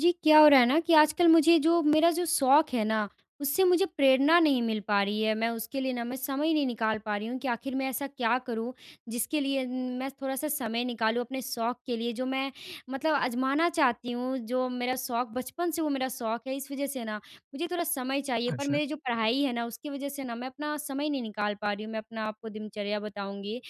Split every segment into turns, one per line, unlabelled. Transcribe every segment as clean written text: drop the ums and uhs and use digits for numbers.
जी, क्या हो रहा है ना कि आजकल मुझे जो मेरा जो शौक है ना, उससे मुझे प्रेरणा नहीं मिल पा रही है। मैं उसके लिए ना मैं समय नहीं निकाल पा रही हूँ कि आखिर मैं ऐसा क्या करूँ, जिसके लिए मैं थोड़ा-सा समय निकालूँ अपने शौक के लिए, जो मैं मतलब आज़माना चाहती हूँ। जो मेरा शौक बचपन से, वो मेरा शौक है। इस वज़ह से ना मुझे थोड़ा समय चाहिए, पर
अच्छा।
मेरी जो पढ़ाई है ना, उसकी वज़ह से ना मैं अपना समय नहीं निकाल पा रही हूँ। मैं अपना आपको दिनचर्या बताऊँगी।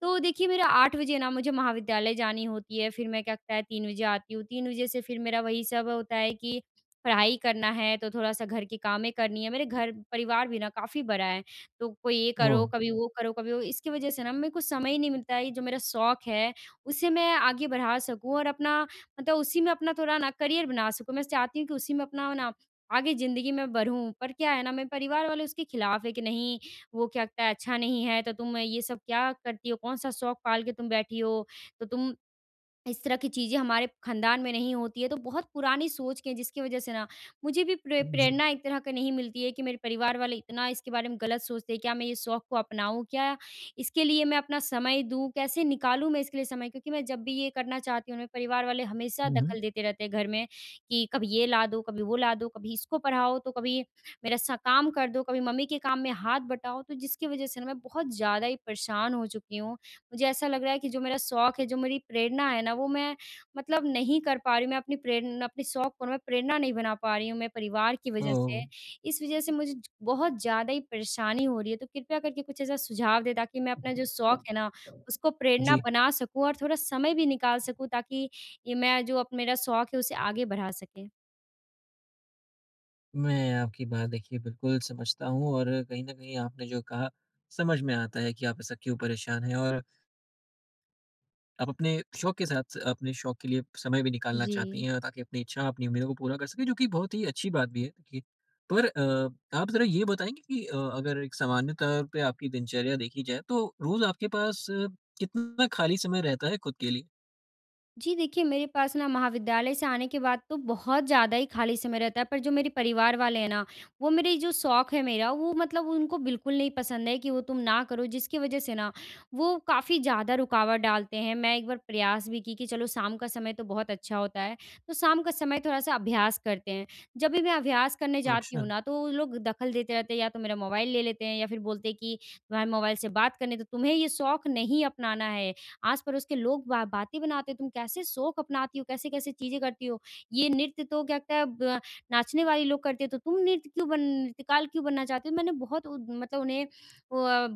तो देखिए, मेरा 8 बजे ना मुझे महाविद्यालय जानी होती है, फिर मैं क्या लगता है 3 बजे आती हूँ, 3 बजे से फिर मेरा वही सब होता है कि पढ़ाई करना है, तो थोड़ा-सा घर की कामें करनी है। मेरे घर परिवार भी ना काफ़ी बड़ा है, तो कोई ये
ओह!
करो, कभी वो करो, कभी वो, इसकी वज़ह से ना मेरे को समय ही नहीं मिलता है। ये जो मेरा शौक है, उसे मैं आगे बढ़ा सकूँ और अपना मतलब उसी में अपना थोड़ा ना करियर बना सकूँ। मैं चाहती हूँ कि उसी में अपना ना आगे ज़िंदगी में बढ़ूँ, पर क्या है ना, मेरे परिवार वाले उसके खिलाफ है कि नहीं, वो क्या-क्या अच्छा नहीं है, तो तुम ये सब क्या करती हो? कौन-सा शौक पाल के तुम बैठी हो? तो तुम इस तरह की चीज़ें हमारे ख़ानदान में नहीं होती है, तो बहुत पुरानी सोच के, जिसकी वज़ह से ना मुझे भी प्रे
जी।
प्रेरणा एक तरह का नहीं मिलती है कि मेरे परिवार वाले इतना इसके बारे में गलत सोचते हैं। क्या मैं ये शौक को अपनाऊँ? क्या इसके लिए मैं अपना समय दूँ? कैसे निकालूँ मैं इसके लिए समय? क्योंकि मैं जब भी ये करना चाहती हूँ, मेरे परिवार वाले हमेशा
हुँ, हुँ।
दखल देते रहते हैं घर में कि कभी ये ला दो, कभी वो ला दो, कभी इसको पढ़ाओ, तो कभी मेरा सा काम कर दो, कभी मम्मी के काम में हाथ बटाओ। तो जिसकी वज़ह से ना मैं बहुत ज़्यादा ही परेशान हो चुकी हूँ। मुझे ऐसा लग रहा है कि जो मेरा शौक है, जो मेरी प्रेरणा है ना, वो मैं मतलब नहीं कर पा रही हूँ। मैं अपनी प्रेरण अपने शौक को मैं प्रेरणा नहीं बना पा रही हूँ, मैं परिवार की वजह
ओह!
से। इस वजह से मुझे ज बहुत ज़्यादा ही परेशानी हो रही है। तो कृपया करके कुछ ऐसा सुझाव दें ताकि मैं अपना जो शौक है ना, उसको प्रेरणा
जी,
बना सकूँ और थोड़ा समय भी निकाल सकूँ, ताकि ये मैं जो अब मेरा शौक है, उसे आगे बढ़ा सकें।
मैं आपकी बात देखिए बिल्कुल समझता हूँ और कहीं न कहीं आपने जो कहा, समझ में आता है कि आप ऐसा क्यों परेशान हैं और आप अपने शौक के साथ अपने शौक के लिए समय भी निकालना
जी।
चाहती हैं ताकि अपनी इच्छा, अपनी उम्मीदों को पूरा कर सकें, जो कि बहुत ही अच्छी बात भी है देखिए। पर आप ज़रा ये बताएँगे कि अगर एक सामान्य तौर पे आपकी दिनचर्या देखी जाए, तो रोज़ आपके पास कितना खाली समय रहता है खुद के लिए?
जी, देखिए, मेरे पास ना महाविद्यालय से आने के बाद तो बहुत ज़्यादा ही खाली समय रहता है, पर जो मेरे परिवार वाले हैं ना, वो मेरे जो शौक है मेरा वो मतलब उनको बिल्कुल नहीं पसंद है कि वो तुम ना करो, जिसकी वज़ह से ना, वो काफ़ी ज़्यादा रुकावट डालते हैं। मैं एक बार प्रयास भी की कि चलो शाम का समय तो बहुत अच्छा होता है, तो शाम का समय थोड़ा-सा अभ्यास करते हैं। जब भी मैं अभ्यास करने जाती हूँ
अच्छा।
ना, तो वो लोग दखल देते रहते हैं, या तो मेरा मोबाइल ले लेते हैं या फिर बोलते हैं कि तुम्हारे मोबाइल से बात करने, तो तुम्हें ये शौक नहीं अपनाना है। आस-पड़ोस के लोग बा बातें बनाते हो, तुम कैसे शौक अपनाती हो, कैसे-कैसे चीज़ें करती हो? ये नृत्य तो क्या कहता है, ब नाचने वाले लोग करते हैं, तो तुम नृत्यकाल क्यों बनना चाहते हो? मैंने बहुत उद मतलब उन्हें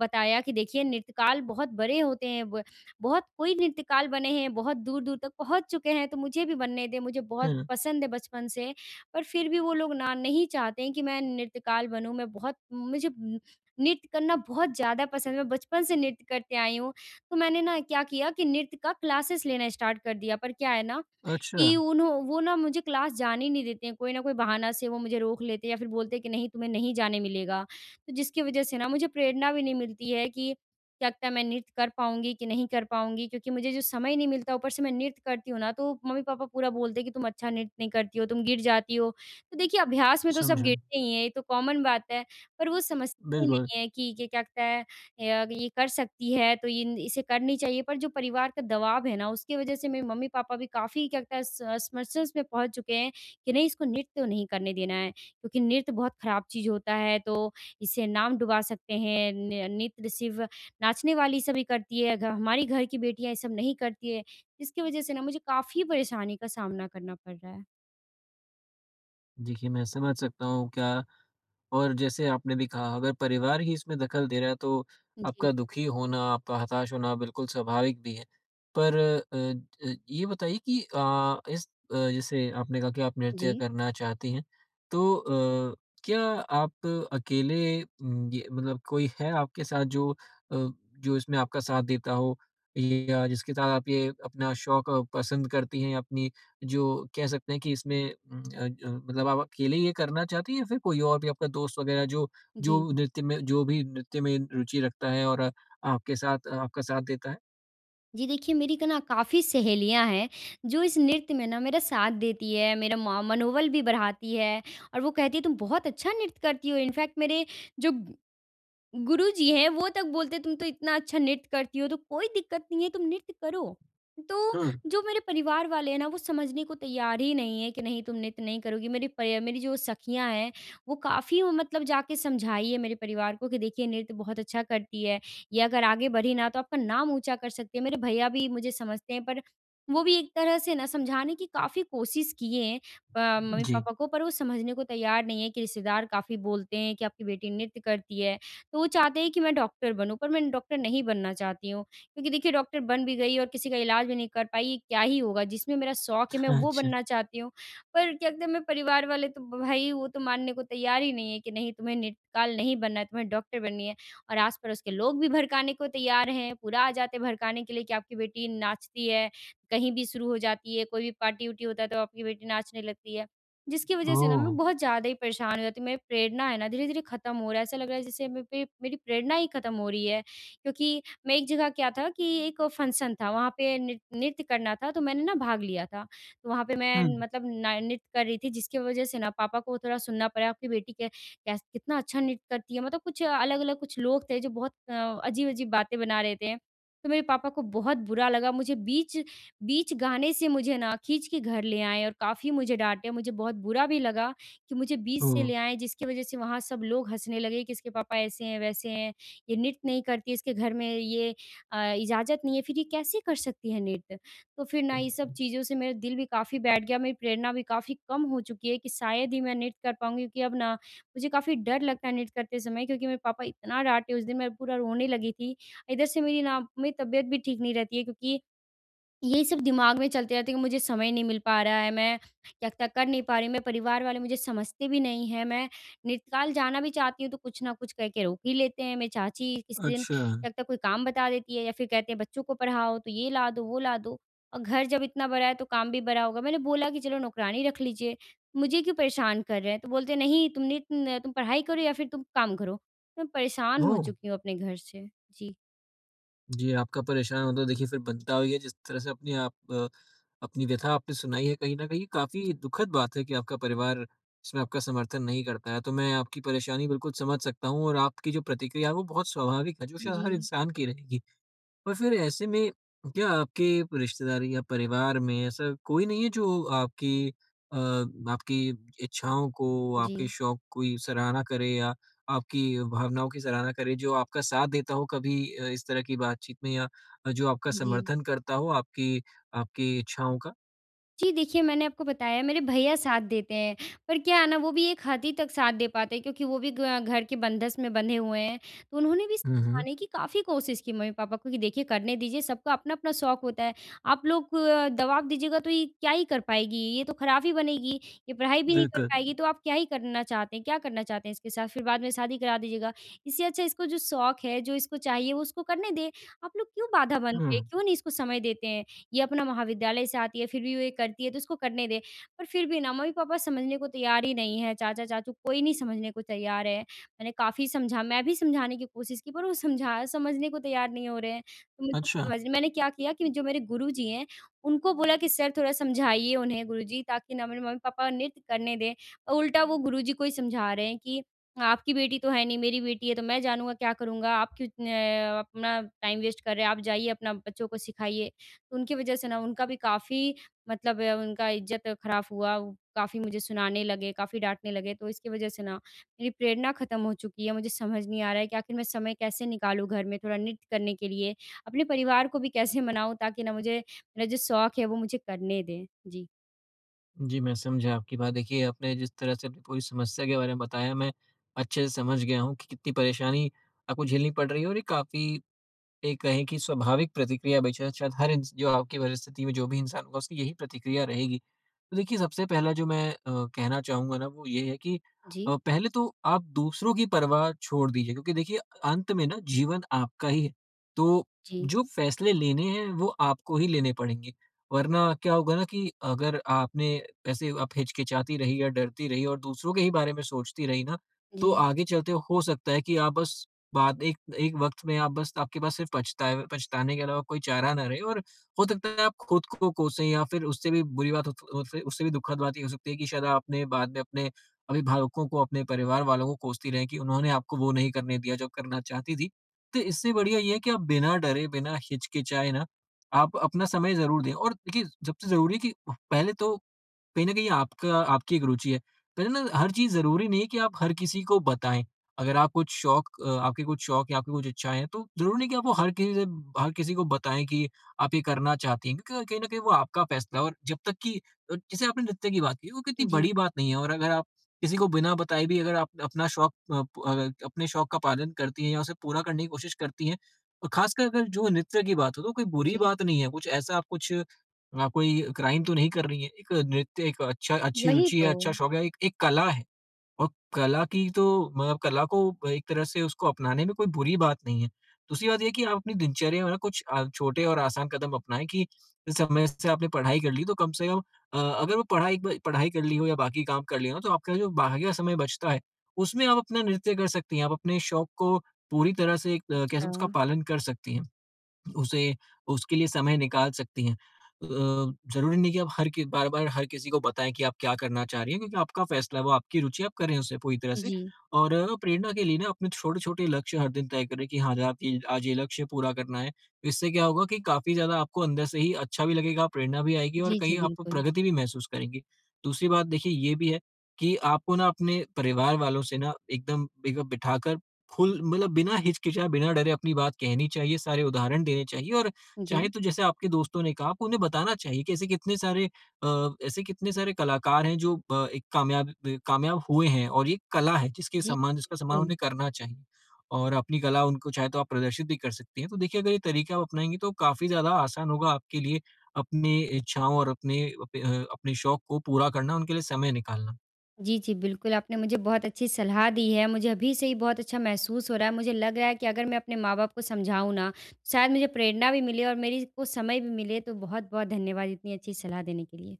बताया कि देखिए, नृत्यकाल बहुत बड़े होते हैं, ब बहुत कोई नृत्यकाल बने हैं, बहुत दूर-दूर तक पहुँच चुके हैं, तो मुझे भी बनने दें, मुझे बहुत
हुँ।
पसंद है बचपन से। पर फिर भी वो लोग ना नहीं चाहते हैं कि मैं नृत्यकाल बनूँ। मैं बहुत मुझे न- नृत्य करना बहुत ज़्यादा पसंद है, मैं बचपन से नृत्य करते आई हूँ। तो मैंने ना क्या किया कि नृत्य का क्लासेस लेना स्टार्ट कर दिया, पर क्या है ना
अच्छा,
कि उन्हों वो ना मुझे क्लास जाने ही नहीं देते हैं, कोई ना कोई बहाना से वो मुझे रोक लेते हैं या फिर बोलते हैं कि नहीं, तुम्हें नहीं जाने मिलेगा। तो जिसकी वज़ह से ना मुझे प्रेरणा भी नहीं मिलती है कि क्या लगता है मैं नृत्य कर पाऊँगी कि नहीं कर पाऊँगी, क्योंकि मुझे जो समय नहीं मिलता, ऊपर से मैं नृत्य करती हूँ ना, तो मम्मी-पापा पूरा बोलते हैं कि तुम अच्छा नृत्य नहीं करती हो, तुम गिर जाती हो। तो देखिए, अभ्यास में तो सब
समझा।
गिरते ही हैं, ये तो कॉमन बात है, पर वो समझते ही
बिल्कुल।
नहीं है कि क्या कहता है या ये कर सकती है, तो ये इसे करनी चाहिए। पर जो परिवार का दबाव है ना, उसकी वज़ह से मेरे मम्मी-पापा भी काफ़ी क्या लगता है स समरसेस में पहुँच चुके हैं कि नहीं, इसको नृत्य तो नहीं करने देना है, क्योंकि नृत्य बहुत ख़राब चीज़ होता है, तो इससे नाम डुबा सकते हैं। न नृत्य सिर्फ़ नाचने वाली सभी करती है, घ हमारी घर की बेटियाँ ये सब नहीं करती है, जिसकी वज़ह से ना मुझे काफ़ी परेशानी का सामना करना पड़ रहा है।
देखिए, मैं समझ सकता हूँ क्या, और जैसे आपने भी कहा अगर परिवार ही इसमें दखल दे रहा है तो
जी,
आपका दुखी होना, आपका हताश होना बिल्कुल स्वाभाविक भी है। पर अ, ज ये बताइए कि जैसे आपने कहा कि आप नृत्य
जी,
करना चाहती हैं, तो क्या आप अकेले ये मतलब कोई है आपके साथ जो अ, जो इसमें आपका साथ देता हो या जिसके साथ आप ये अपना शौक पसंद करती हैं अपनी जो कह सकते हैं कि इसमें उम, अ, ज मतलब आप अकेले ये करना चाहती हैं या फिर कोई और भी आपका दोस्त वगैरह जो जो
जी।
नृत्य में रुचि रखता है और आपके साथ आपका साथ देता है?
जी, देखिए, मेरी का ना काफ़ी सहेलियाँ हैं, जो इस नृत्य में ना मेरा साथ देती है, मेरा म मनोबल भी बढ़ाती है और वो कहती है तुम बहुत अच्छा नृत्य करती हो। इनफैक्ट मेरे जो गुरु जी हैं, वो तक बोलते तुम तो इतना अच्छा नृत्य करती हो, तो कोई दिक्कत नहीं है, तुम नृत्य करो। तो
हाँ।
जो मेरे परिवार वाले हैं ना, वो समझने को तैयार ही नहीं है कि नहीं, तुम नृत्य नहीं करोगी। मेरी जो सखियाँ हैं, वो काफ़ी मतलब जाके समझाई है मेरे परिवार को कि देखिए, नृत्य बहुत अच्छा करती है। ये अगर आगे बढ़ी ना, तो आपका नाम ऊँचा कर सकती है। मेरे भैया भी मुझे समझते हैं, पर वो भी एक तरह से ना समझाने की काफ़ी कोशिश किए हैं
जी।
मम्मी-पापा को, पर वो समझने को तैयार नहीं है कि रिश्तेदार काफ़ी बोलते हैं कि आपकी बेटी नृत्य करती है। तो वो चाहते हैं कि मैं डॉक्टर बनूँ, पर मैं डॉक्टर नहीं बनना चाहती हूँ। क्योंकि देखिए, डॉक्टर बन भी गई और किसी का इलाज भी नहीं कर पाई, ये क्या ही होगा? जिसमें मेरा शौक है, मैं वो
अच्छा।
बनना चाहती हूँ। पर क्या कहते हैं मेरे परिवार वाले, तो भाई वो तो मानने को तैयार ही नहीं है कि नहीं, तुम्हें नेत्रकाल नहीं बनना है, तुम्हें डॉक्टर बननी है। और आस-पड़ोस के लोग भी भड़काने को तैयार हैं, पूरा आ जाते हैं भड़काने के लिए कि आपकी बेटी नाचती है, कहीं भी शुरू हो जाती है, कोई भी पार्टी-उर्टी होता है, तो आपकी बेटी नाचने लगती है। जिसकी वजह से ना
ओह!
मैं बहुत ज़्यादा ही परेशान हो जाती हूँ। मेरी प्रेरणा है ना धीरे-धीरे ख़त्म हो रहा है, ऐसा लग रहा है जैसे मे पे मेरी प्रेरणा ही ख़त्म हो रही है। क्योंकि मैं एक जगह क्या था कि एक फंक्शन था, वहाँ पे नृ नृत्य करना था, तो मैंने ना भाग लिया था। तो वहाँ पे
हुँ।
मैं मतलब ना नृत्य कर रही थी, जिसकी वजह से ना पापा को थोड़ा सुनना पड़ा, आपकी बेटी कै कैस कितना अच्छा नृत्य करती है। मतलब कुछ अलग-अलग कुछ लोग थे जो बहुत अजीब-अजीब बातें बना रहे थे। तो मेरे पापा को बहुत बुरा लगा, मुझे बीच बीच गाने से मुझे ना खींच के घर ले आए और काफ़ी मुझे डाँटे, मुझे बहुत बुरा भी लगा कि मुझे बीच से
ओह!
ले आए, जिसकी वज़ह से वहाँ सब लोग हँसने लगे कि इसके पापा ऐसे हैं, वैसे हैं, ये नृत्य नहीं करती, इसके घर में ये इजाज़त नहीं है, फिर ये कैसे कर सकती है नृत्य? तो फिर ना ये सब चीज़ों से मेरा दिल भी काफ़ी बैठ गया, मेरी प्रेरणा भी काफ़ी कम हो चुकी है कि शायद ही मैं नृत्य कर पाऊँगी, क्योंकि अब ना मुझे काफ़ी डर लगता है नृत्य करते समय, क्योंकि मेरे पापा इतना डाँटे उस दिन, मैं पूरा रोने लगी थी। इधर से मेरी ना मेरी तबीयत भी ठीक नहीं रहती है, क्योंकि यही सब दिमाग में चलते रहते हैं कि मुझे समय नहीं मिल पा रहा है, मैं क्या क्या कर नहीं पा रही हूँ, मेरे परिवार वाले मुझे समझते भी नहीं हैं, मैं नृत्यकाल जाना भी चाहती हूँ, तो कुछ ना कुछ कह के रोक ही लेते हैं। मेरी चाची किसी दिन
अच्छा।
क्या क्या कोई काम बता देती है या फिर कहते हैं बच्चों को पढ़ाओ, तो ये ला दो, वो ला दो, और घर जब इतना बड़ा है, तो काम भी बड़ा होगा। मैंने बोला कि चलो नौकरानी रख लीजिए, मुझे क्यों परेशान कर रहे हैं? तो बोलते हैं, "नहीं, तुम नृत्य न तुम पढ़ाई करो या फिर तुम काम करो।" मैं परेशान हो
ओह!
चुकी हूँ अपने घर से। जी,
जी, आपका परेशान मतलब देखिए फिर बनता ही है। जिस तरह से अपने आप अपनी व्यथा आपने सुनाई है, कहीं न कहीं
जी,
काफ़ी दुखद बात है कि आपका परिवार इसमें आपका समर्थन नहीं करता है। तो मैं आपकी परेशानी बिल्कुल समझ सकता हूँ और आपकी जो प्रतिक्रिया है वो बहुत स्वाभाविक है, जो शायद
जी,
हर इंसान की रहेगी। और फिर ऐसे में क्या आपके रिश्तेदारी या परिवार में ऐसा कोई नहीं है जो अ, आपकी इच्छाओं को,
जी,
आपके शौक की सराहना करे या आपकी भावनाओं की सराहना करे, जो आपका साथ देता हो कभी इस तरह की बातचीत में या जो आपका
जी।
समर्थन करता हो आपकी आपकी इच्छाओं का?
जी, देखिए, मैंने आपको बताया मेरे भैया साथ देते हैं, पर क्या है ना, वो भी एक हद ही तक साथ दे पाते हैं, क्योंकि वो भी ग घर के बंधस में बंधे हुए हैं। तो उन्होंने भी
हुँ, हुँ,
सिखाने की काफ़ी कोशिश की मम्मी-पापा को कि देखिए, करने दीजिए, सबका अपना-अपना शौक होता है। आप लोग दबाव दीजिएगा तो ये क्या ही कर पाएगी, ये तो खराब ही बनेगी, ये पढ़ाई भी नहीं कर
बिल्कुल।
पाएगी, तो आप क्या ही करना चाहते हैं, क्या करना चाहते हैं इसके साथ? फिर बाद में शादी करा दीजिएगा। इससे अच्छा इसको जो शौक है, जो इसको चाहिए, वो उसको करने दें। आप लोग क्यों बाधा
हुँ,
बनते हैं, क्यों नहीं इसको समय देते हैं? ये अपना महाविद्यालय से आती है, फिर भी वो ये करती है, तो इसको करने दे। पर फिर भी ना मम्मी-पापा समझने को तैयार ही नहीं है, चाचा-चाचू कोई नहीं समझने को तैयार है। मैंने काफ़ी समझा, मैं भी समझाने की कोशिश की, पर वो समझा समझने को तैयार नहीं हो रहे हैं। तो मुझे
अच्छा।
समझ मैंने क्या किया कि जो मेरे गुरुजी हैं, उनको बोला कि सर थोड़ा समझाइए उन्हें गुरुजी, ताकि ना मेरे मम्मी-पापा नृत्य करने दें। और उल्टा वो गुरुजी को ही समझा रहे हैं कि आपकी बेटी तो है नहीं, मेरी बेटी है, तो मैं जानूँगा क्या करूँगा, आप क्यों अपना टाइम वेस्ट कर रहे हैं, आप जाइए अपना बच्चों को सिखाइए। उनकी वज़ह से ना उनका भी काफ़ी मतलब उनका इज़्ज़त खराब हुआ, वो काफ़ी मुझे सुनाने लगे, काफ़ी डाँटने लगे, तो इसकी वज़ह से ना मेरी प्रेरणा ख़त्म हो चुकी है। मुझे समझ नहीं आ रहा है कि आखिर मैं समय कैसे निकालूँ घर में थोड़ा नृत्य करने के लिए, अपने परिवार को भी कैसे मनाऊँ, ताकि ना मुझे मेरा जो शौक है, वो मुझे करने दें? जी।
जी, मैं समझा आपकी बात। देखिए, आपने जिस तरह से अपनी पूरी समस्या के बारे में बताया, मैं अच्छे से समझ गया हूँ कि कितनी परेशानी आपको झेलनी पड़ रही है, और ये काफ़ी एक कहें कि स्वाभाविक प्रतिक्रिया बेशक शायद हर इंस जो आपकी परिस्थिति में जो भी इंसान होगा उसकी यही प्रतिक्रिया रहेगी। तो देखिए सबसे पहला जो मैं कहना चाहूँगा ना वो ये है कि
जी,
पहले तो आप दूसरों की परवाह छोड़ दीजिए, क्योंकि देखिए अंत में ना जीवन आपका ही है। तो
जी,
जो फैसले लेने हैं वो आपको ही लेने पड़ेंगे। वरना क्या होगा ना कि अगर आपने ऐसे आप हिचकिचाती रही या डरती रही और दूसरों के ही बारे में सोचती रही ना, तो
जी,
आगे चलते हो सकता है कि आप बस बात एक एक वक़्त में आप बस आपके पास सिर्फ़ पछतावे पछताने के अलावा कोई चारा ना रहे, और हो सकता है आप खुद को कोसें या फिर उससे उससे भी दुखद बात ये हो सकती है कि शायद आपने बाद में अपने अभिभावकों को, अपने परिवार वालों को कोसती रहें कि उन्होंने आपको वो नहीं करने दिया जो करना चाहती थी। तो इससे बढ़िया ये है कि आप बिना डरे, बिना हिचकिचाए ना, आप अपना समय ज़रूर दें, और देखिए सबसे ज़रूरी है कि पहले तो कहीं न कहीं आपका आपकी एक रुचि है। पहले ना हर चीज़ ज़रूरी नहीं है कि आप हर किसी को बताएँ। अगर आप आपके कुछ शौक या आपकी कुछ इच्छाएँ हैं, तो ज़रूरी नहीं कि आप वो हर किसी को बताएँ कि आप ये करना चाहती हैं, क्योंकि कहीं न कहीं वो आपका फ़ैसला है। और जब तक कि अ, जैसे आपने नृत्य की बात की, वो कितनी
जी,
बड़ी बात नहीं है, और अगर आप किसी को बिना बताए भी अगर आप अपना शौक अ, प अ, अपने शौक का पालन करती हैं या उसे पूरा करने की कोशिश करती हैं, और ख़ासकर अगर जो नृत्य की बात हो, तो कोई बुरी
जी।
बात नहीं है। कुछ ऐसा आप कुछ अ, कोई क्राइम तो नहीं कर रही हैं। एक नृत्य एक अच्छी
वही
रुचि है,
तो।
अच्छा शौक है, एक एक कला है, और कला की तो मतलब कला को एक तरह से उसको अपनाने में कोई बुरी बात नहीं है। दूसरी बात ये है कि आप अपनी दिनचर्या में ना कुछ छोटे और आसान कदम अपनाएँ कि समय से आपने पढ़ाई कर ली, तो कम से कम अगर वो पढ़ाई कर ली हो या बाकी काम कर लिए हो, तो आपका जो बाकी का समय बचता है, उसमें आप अपना नृत्य कर सकती हैं। आप अपने शौक को पूरी तरह से कैसे
अच्छा।
उसका पालन कर सकती हैं। उसे उसके लिए समय निकाल सकती हैं। ज़रूरी नहीं कि आप हर कि बार-बार हर किसी को बताएँ कि आप क्या करना चाह रही हैं, क्योंकि आपका फैसला है, वो आपकी रुचि है, आप करें उसे पूरी तरह से।
जी।
और प्रेरणा के लिए ना अपने छोटे-छोटे लक्ष्य हर दिन तय करें कि हाँ, ज आप ये आज ये लक्ष्य पूरा करना है। इससे क्या होगा कि काफ़ी ज़्यादा आपको अंदर से ही अच्छा भी लगेगा, प्रेरणा भी आएगी और
जी, जी,
कहीं आप
बिल्कुल।
प्रगति भी महसूस करेंगी। दूसरी बात देखिए ये भी है कि आपको ना अपने परिवार वालों से ना एकदम बिग बिठाकर खुल मतलब बिना हिचकिचाए, बिना डरे अपनी बात कहनी चाहिए, सारे उदाहरण देने चाहिए, और
जी,
चाहे तो जैसे आपके दोस्तों ने कहा, आपको उन्हें बताना चाहिए कि ऐसे कितने सारे कलाकार हैं जो कामयाब हुए हैं और ये कला है, जिसके
जी,
सम्मान जिसका सम्मान
बिल्कुल।
उन्हें करना चाहिए। और अपनी कला उनको चाहे तो आप प्रदर्शित भी कर सकती हैं। तो देखिए अगर ये तरीका आप अपनाएँगी, तो काफ़ी ज़्यादा आसान होगा आपके लिए अपनी इच्छाओं और अपने शौक को पूरा करना, उनके लिए समय निकालना।
जी, जी, बिल्कुल, आपने मुझे बहुत अच्छी सलाह दी है, मुझे अभी से ही बहुत अच्छा महसूस हो रहा है, मुझे लग रहा है कि अगर मैं अपने माँ-बाप को समझाऊँ ना, तो शायद मुझे प्रेरणा भी मिले और मेरी को समय भी मिले, तो बहुत-बहुत धन्यवाद इतनी अच्छी सलाह देने के लिए।